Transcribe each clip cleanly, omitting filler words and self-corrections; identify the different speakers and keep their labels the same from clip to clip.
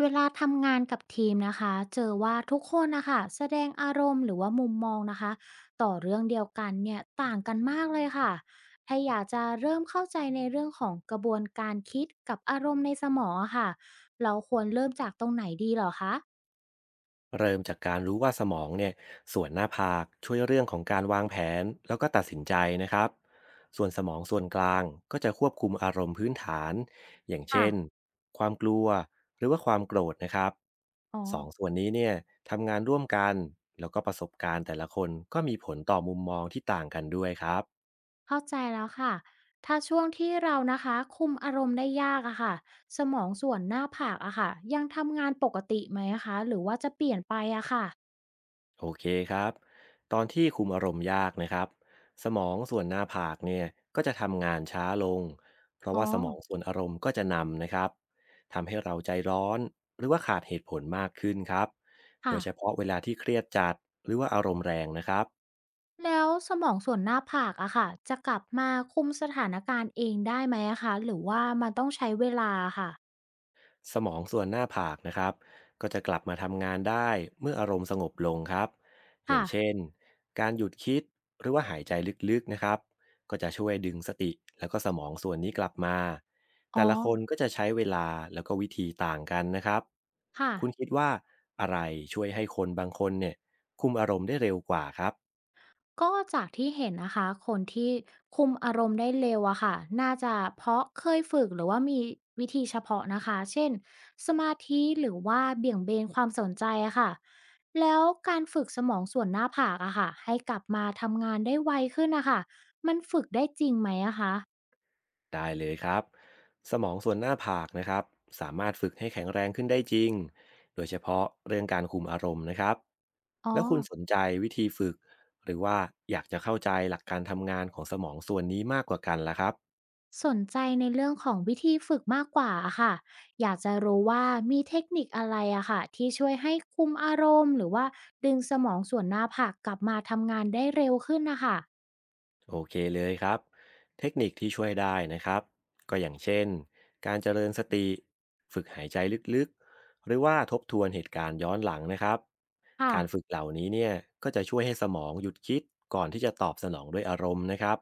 Speaker 1: เวลาทำงานกับทีมนะคะเจอว่าทุกคนนะคะแสดงอารมณ์หรือว่ามุมมองนะคะต่อเรื่องเดียวกันเนี่ยต่างกันมากเลยค่ะถ้าอยากจะเริ่มเข้าใจในเรื่องของกระบวนการคิดกับอารมณ์ในสมองอะค่ะเราควรเริ่มจากตรงไหนดีเหรอคะ
Speaker 2: เริ่มจากการรู้ว่าสมองเนี่ยส่วนหน้าผากช่วยเรื่องของการวางแผนแล้วก็ตัดสินใจนะครับส่วนสมองส่วนกลางก็จะควบคุมอารมณ์พื้นฐานอย่าง
Speaker 1: ค่ะ
Speaker 2: เช่นความกลัวหรือว่าความโกรธนะครับ
Speaker 1: อ๋อ
Speaker 2: สองส่วนนี้เนี่ยทำงานร่วมกันแล้วก็ประสบการณ์แต่ละคนก็มีผลต่อมุมมองที่ต่างกันด้วยครับ
Speaker 1: เข้าใจแล้วค่ะถ้าช่วงที่เรานะคะคุมอารมณ์ได้ยากอะค่ะสมองส่วนหน้าผากอะค่ะยังทำงานปกติไหมอะคะหรือว่าจะเปลี่ยนไปอะค่ะ
Speaker 2: โอเคครับตอนที่คุมอารมณ์ยากนะครับสมองส่วนหน้าผากเนี่ยก็จะทำงานช้าลงเพราะ
Speaker 1: อ๋อ
Speaker 2: ว่าสมองส่วนอารมณ์ก็จะนำนะครับทำให้เราใจร้อนหรือว่าขาดเหตุผลมากขึ้นครับโด
Speaker 1: ค่ะ
Speaker 2: ยเฉพาะเวลาที่เครียดจัดหรือว่าอารมณ์แรงนะครับ
Speaker 1: แล้วสมองส่วนหน้าผากอะค่ะจะกลับมาคุมสถานการณ์เองได้ไหมอะคะหรือว่ามันต้องใช้เวลาค่ะ
Speaker 2: สมองส่วนหน้าผากนะครับก็จะกลับมาทำงานได้เมื่ออารมณ์สงบลงครับอย่า
Speaker 1: ค่ะ
Speaker 2: งเช่นการหยุดคิดหรือว่าหายใจลึกๆนะครับก็จะช่วยดึงสติแล้วก็สมองส่วนนี้กลับมา
Speaker 1: อ๋อ
Speaker 2: แต่ละคนก็จะใช้เวลาแล้วก็วิธีต่างกันนะครับ
Speaker 1: ค่ะ
Speaker 2: คุณคิดว่าอะไรช่วยให้คนบางคนเนี่ยคุมอารมณ์ได้เร็วกว่าครับ
Speaker 1: ก็จากที่เห็นนะคะคนที่คุมอารมณ์ได้เร็วอะค่ะน่าจะเพราะเคยฝึกหรือว่ามีวิธีเฉพาะนะคะเช่นสมาธิหรือว่าเบี่ยงเบนความสนใจอะค่ะแล้วการฝึกสมองส่วนหน้าผากอะค่ะให้กลับมาทำงานได้ไวขึ้นนะคะมันฝึกได้จริงไหมอะคะ
Speaker 2: ได้เลยครับสมองส่วนหน้าผากนะครับสามารถฝึกให้แข็งแรงขึ้นได้จริงโดยเฉพาะเรื่องการคุมอารมณ์นะครับ
Speaker 1: อ๋อ
Speaker 2: แล้วคุณสนใจวิธีฝึกหรือว่าอยากจะเข้าใจหลักการทำงานของสมองส่วนนี้มากกว่ากันล่ะครับ
Speaker 1: สนใจในเรื่องของวิธีฝึกมากกว่าอะค่ะอยากจะรู้ว่ามีเทคนิคอะไรอะค่ะที่ช่วยให้คุมอารมณ์หรือว่าดึงสมองส่วนหน้าผากกลับมาทำงานได้เร็วขึ้นนะคะ
Speaker 2: โอเคเลยครับเทคนิคที่ช่วยได้นะครับก็อย่างเช่นการเจริญสติฝึกหายใจลึกๆหรือว่าทบทวนเหตุการณ์ย้อนหลังนะครับ
Speaker 1: ค่ะ
Speaker 2: การฝึกเหล่านี้เนี่ยก็จะช่วยให้สมองหยุดคิดก่อนที่จะตอบสนองด้วยอารมณ์นะครับ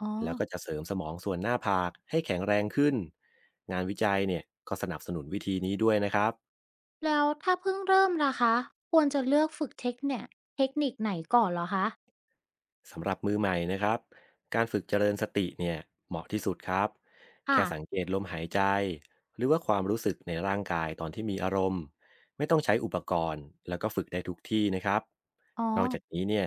Speaker 1: อ๋อ
Speaker 2: แล้วก็จะเสริมสมองส่วนหน้าผากให้แข็งแรงขึ้นงานวิจัยเนี่ยก็สนับสนุนวิธีนี้ด้วยนะครับ
Speaker 1: แล้วถ้าเพิ่งเริ่มล่ะคะควรจะเลือกฝึกเทคนิคไหนก่อนเหรอคะ
Speaker 2: สำหรับมือใหม่นะครับการฝึกเจริญสติเนี่ยเหมาะที่สุดครับ
Speaker 1: ค่ะ
Speaker 2: แค่สังเกตลมหายใจหรือว่าความรู้สึกในร่างกายตอนที่มีอารมณ์ไม่ต้องใช้อุปกรณ์แล้วก็ฝึกได้ทุกที่นะครับ
Speaker 1: อ๋อ
Speaker 2: นอกจากนี้เนี่ย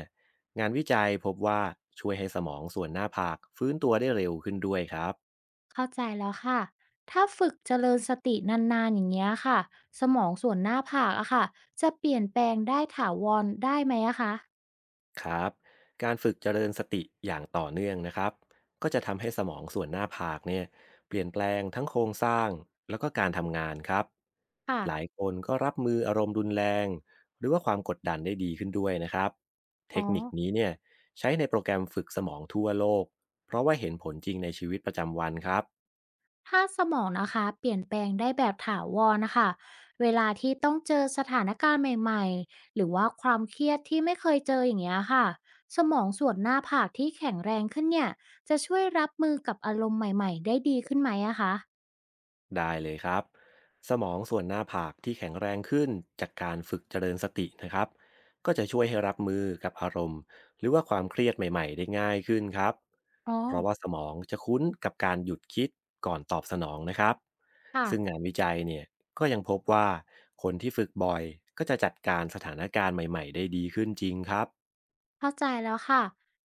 Speaker 2: งานวิจัยพบว่าช่วยให้สมองส่วนหน้าผากฟื้นตัวได้เร็วขึ้นด้วยครับ
Speaker 1: เข้าใจแล้วค่ะถ้าฝึกเจริญสตินานๆอย่างเงี้ยค่ะสมองส่วนหน้าผากอะค่ะจะเปลี่ยนแปลงได้ถาวรได้ไหมอะคะ
Speaker 2: ครับการฝึกเจริญสติอย่างต่อเนื่องนะครับก็จะทำให้สมองส่วนหน้าผากเนี่ยเปลี่ยนแปลงทั้งโครงสร้างแล้วก็การทำงานครับ
Speaker 1: ค่ะ
Speaker 2: หลายคนก็รับมืออารมณ์รุนแรงหรือว่าความกดดันได้ดีขึ้นด้วยนะครับเท
Speaker 1: อ๋อ
Speaker 2: คนิคนี้เนี่ยใช้ในโปรแกรมฝึกสมองทั่วโลกเพราะว่าเห็นผลจริงในชีวิตประจำวันครับ
Speaker 1: ถ้าสมองนะคะเปลี่ยนแปลงได้แบบถาวรนะคะเวลาที่ต้องเจอสถานการณ์ใหม่ๆหรือว่าความเครียดที่ไม่เคยเจออย่างเงี้ยค่ะสมองส่วนหน้าผากที่แข็งแรงขึ้นเนี่ยจะช่วยรับมือกับอารมณ์ใหม่ๆได้ดีขึ้นไหมอะคะ
Speaker 2: ได้เลยครับสมองส่วนหน้าผากที่แข็งแรงขึ้นจากการฝึกเจริญสตินะครับก็จะช่วยให้รับมือกับอารมณ์หรือว่าความเครียดใหม่ๆได้ง่ายขึ้นครับ
Speaker 1: อ๋อ
Speaker 2: เพราะว่าสมองจะคุ้นกับการหยุดคิดก่อนตอบสนองนะครับ
Speaker 1: ค่ะ
Speaker 2: ซึ่งงานวิจัยเนี่ยก็ยังพบว่าคนที่ฝึกบ่อยก็จะจัดการสถานการณ์ใหม่ๆได้ดีขึ้นจริงครับ
Speaker 1: เข้าใจแล้วค่ะ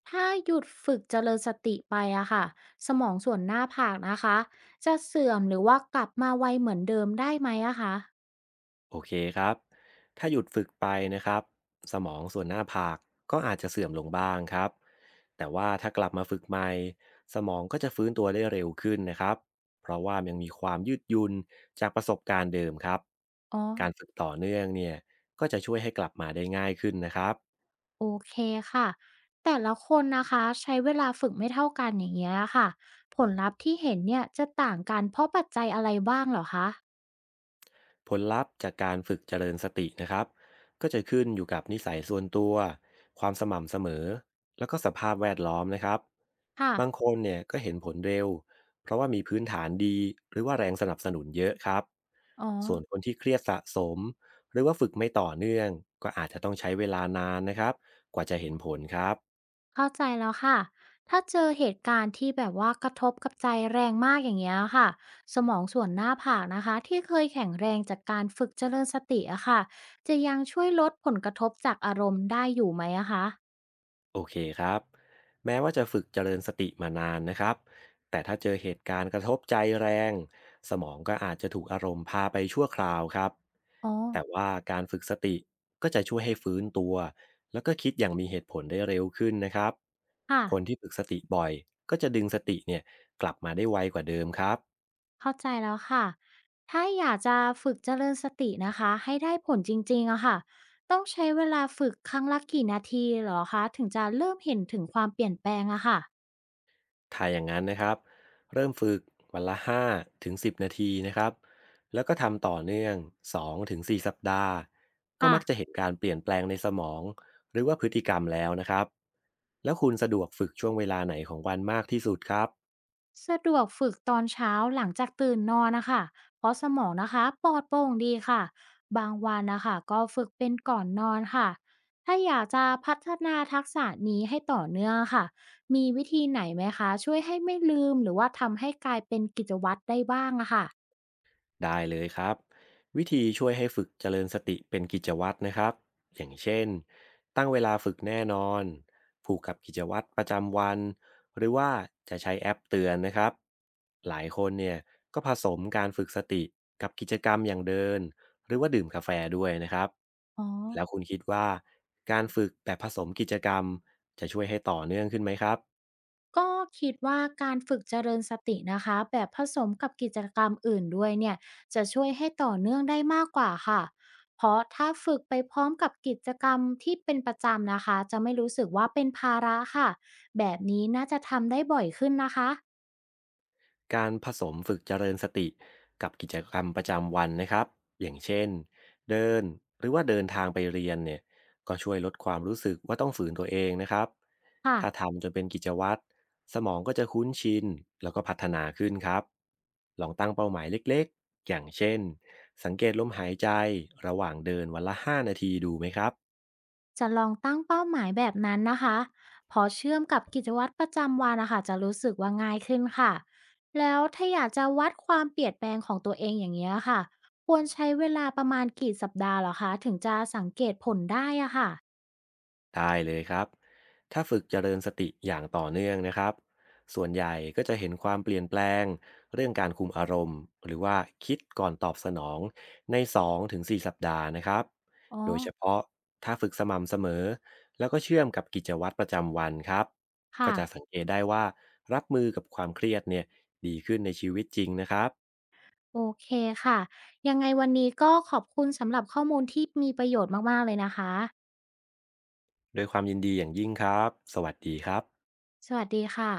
Speaker 1: ถ้าหยุดฝึกเจริญสติไปอะค่ะสมองส่วนหน้าผากนะคะจะเสื่อมหรือว่ากลับมาไวเหมือนเดิมได้ไหมอะคะ
Speaker 2: โอเคครับถ้าหยุดฝึกไปนะครับสมองส่วนหน้าผากก็อาจจะเสื่อมลงบ้างครับแต่ว่าถ้ากลับมาฝึกใหม่สมองก็จะฟื้นตัวได้เร็วขึ้นนะครับเพราะว่ายังมีความยืดหยุ่นจากประสบการณ์เดิมครับ
Speaker 1: อ๋อ
Speaker 2: การฝึกต่อเนื่องเนี่ยก็จะช่วยให้กลับมาได้ง่ายขึ้นนะครับ
Speaker 1: โอเคค่ะแต่ละคนนะคะใช้เวลาฝึกไม่เท่ากันอย่างเงี้ยค่ะผลลัพธ์ที่เห็นเนี่ยจะต่างกันเพราะปัจจัยอะไรบ้างเหรอคะ
Speaker 2: ผลลัพธ์จากการฝึกเจริญสตินะครับก็จะขึ้นอยู่กับนิสัยส่วนตัวความสม่ำเสมอแล้วก็สภาพแวดล้อมนะครับ
Speaker 1: ค่ะ
Speaker 2: บางคนเนี่ยก็เห็นผลเร็วเพราะว่ามีพื้นฐานดีหรือว่าแรงสนับสนุนเยอะครับ
Speaker 1: อ๋อ
Speaker 2: ส่วนคนที่เครียดสะสมหรือว่าฝึกไม่ต่อเนื่องก็อาจจะต้องใช้เวลานานนะครับกว่าจะเห็นผลครับ
Speaker 1: เข้าใจแล้วค่ะถ้าเจอเหตุการณ์ที่แบบว่ากระทบกับใจแรงมากอย่างเงี้ยค่ะสมองส่วนหน้าผากนะคะที่เคยแข็งแรงจากการฝึกเจริญสติอะค่ะจะยังช่วยลดผลกระทบจากอารมณ์ได้อยู่ไหมอะคะ
Speaker 2: โอเคครับแม้ว่าจะฝึกเจริญสติมานานนะครับแต่ถ้าเจอเหตุการณ์กระทบใจแรงสมองก็อาจจะถูกอารมณ์พาไปชั่วคราวครับ
Speaker 1: อ๋อ
Speaker 2: แต่ว่าการฝึกสติก็จะช่วยให้ฟื้นตัวแล้วก็คิดอย่างมีเหตุผลได้เร็วขึ้นนะครับ
Speaker 1: ค่ะ
Speaker 2: คนที่ฝึกสติบ่อยก็จะดึงสติเนี่ยกลับมาได้ไวกว่าเดิมครับ
Speaker 1: เข้าใจแล้วค่ะ ถ้าอยากจะฝึกเจริญสตินะคะ ให้ได้ผลจริงๆอะค่ะต้องใช้เวลาฝึกครั้งละกี่นาทีเหรอคะ ถึงจะเริ่มเห็นถึงความเปลี่ยนแปลงอะค่ะ
Speaker 2: ถ้าอย่างนั้นนะครับ เริ่มฝึกวันละ5ถึง10นาทีนะครับแล้วก็ทำต่อเนื่อง2ถึง4สัปดาห์ ก็
Speaker 1: ค่ะ
Speaker 2: มักจะเห็นการเปลี่ยนแปลงในสมองหรือว่าพฤติกรรมแล้วนะครับ แล้วคุณสะดวกฝึกช่วงเวลาไหนของวันมากที่สุดครับ
Speaker 1: สะดวกฝึกตอนเช้าหลังจากตื่นนอนนะคะเพราะสมองนะคะปลอดโปร่งดีค่ะ บางวันนะคะก็ฝึกเป็นก่อนนอนค่ะ ถ้าอยากจะพัฒนาทักษะนี้ให้ต่อเนื่องค่ะ มีวิธีไหนไหมคะช่วยให้ไม่ลืมหรือว่าทำให้กลายเป็นกิจวัตรได้บ้างอะค่ะ
Speaker 2: ได้เลยครับวิธีช่วยให้ฝึกเจริญสติเป็นกิจวัตรนะครับอย่างเช่นตั้งเวลาฝึกแน่นอนผูกกับกิจวัตรประจำวันหรือว่าจะใช้แอปเตือนนะครับหลายคนเนี่ยก็ผสมการฝึกสติกับกิจกรรมอย่างเดินหรือว่าดื่มกาแฟด้วยนะครับ
Speaker 1: อ๋อ
Speaker 2: แล้วคุณคิดว่าการฝึกแบบผสมกิจกรรมจะช่วยให้ต่อเนื่องขึ้นไหมครับ
Speaker 1: ก็คิดว่าการฝึกเจริญสตินะคะแบบผสมกับกิจกรรมอื่นด้วยเนี่ยจะช่วยให้ต่อเนื่องได้มากกว่าค่ะ เพราะถ้าฝึกไปพร้อมกับกิจกรรมที่เป็นประจำนะคะจะไม่รู้สึกว่าเป็นภาระค่ะแบบนี้น่าจะทำได้บ่อยขึ้นนะคะ
Speaker 2: การผสมฝึกเจริญสติกับกิจกรรมประจำวันนะครับอย่างเช่นเดินหรือว่าเดินทางไปเรียนเนี่ยก็ช่วยลดความรู้สึกว่าต้องฝืนตัวเองนะครับ
Speaker 1: ค่ะ
Speaker 2: ถ้าทำจนเป็นกิจวัตรสมองก็จะคุ้นชินแล้วก็พัฒนาขึ้นครับลองตั้งเป้าหมายเล็กๆอย่างเช่นสังเกตลมหายใจระหว่างเดินวันละ5นาทีดูไหมครับ
Speaker 1: จะลองตั้งเป้าหมายแบบนั้นนะคะพอเชื่อมกับกิจวัตรประจำวันนะคะจะรู้สึกว่าง่ายขึ้นค่ะแล้วถ้าอยากจะวัดความเปลี่ยนแปลงของตัวเองอย่างนี้ยค่ะควรใช้เวลาประมาณกี่สัปดาห์เหรอคะถึงจะสังเกตผลได้อะค่ะ
Speaker 2: ได้เลยครับ ถ้าฝึกเจริญสติอย่างต่อเนื่องนะครับส่วนใหญ่ก็จะเห็นความเปลี่ยนแปลงเรื่องการคุมอารมณ์หรือว่าคิดก่อนตอบสนองใน2-4สสัปดาห์นะครับ
Speaker 1: อ๋อ
Speaker 2: โดยเฉพาะถ้าฝึกสม่ำเสมอแล้วก็เชื่อมกับกิจวัตรประจำวันครับก็
Speaker 1: ค่ะ
Speaker 2: จะสังเกตได้ว่ารับมือกับความเครียดเนี่ยดีขึ้นในชีวิตจริงนะครับ
Speaker 1: โอเคค่ะยังไงวันนี้ก็ขอบคุณสำหรับข้อมูลที่มีประโยชน์มากๆเลยนะคะ
Speaker 2: โดวยความยินดีอย่างยิ่งครับสวัสดีครับ
Speaker 1: สวัสดีค่ะ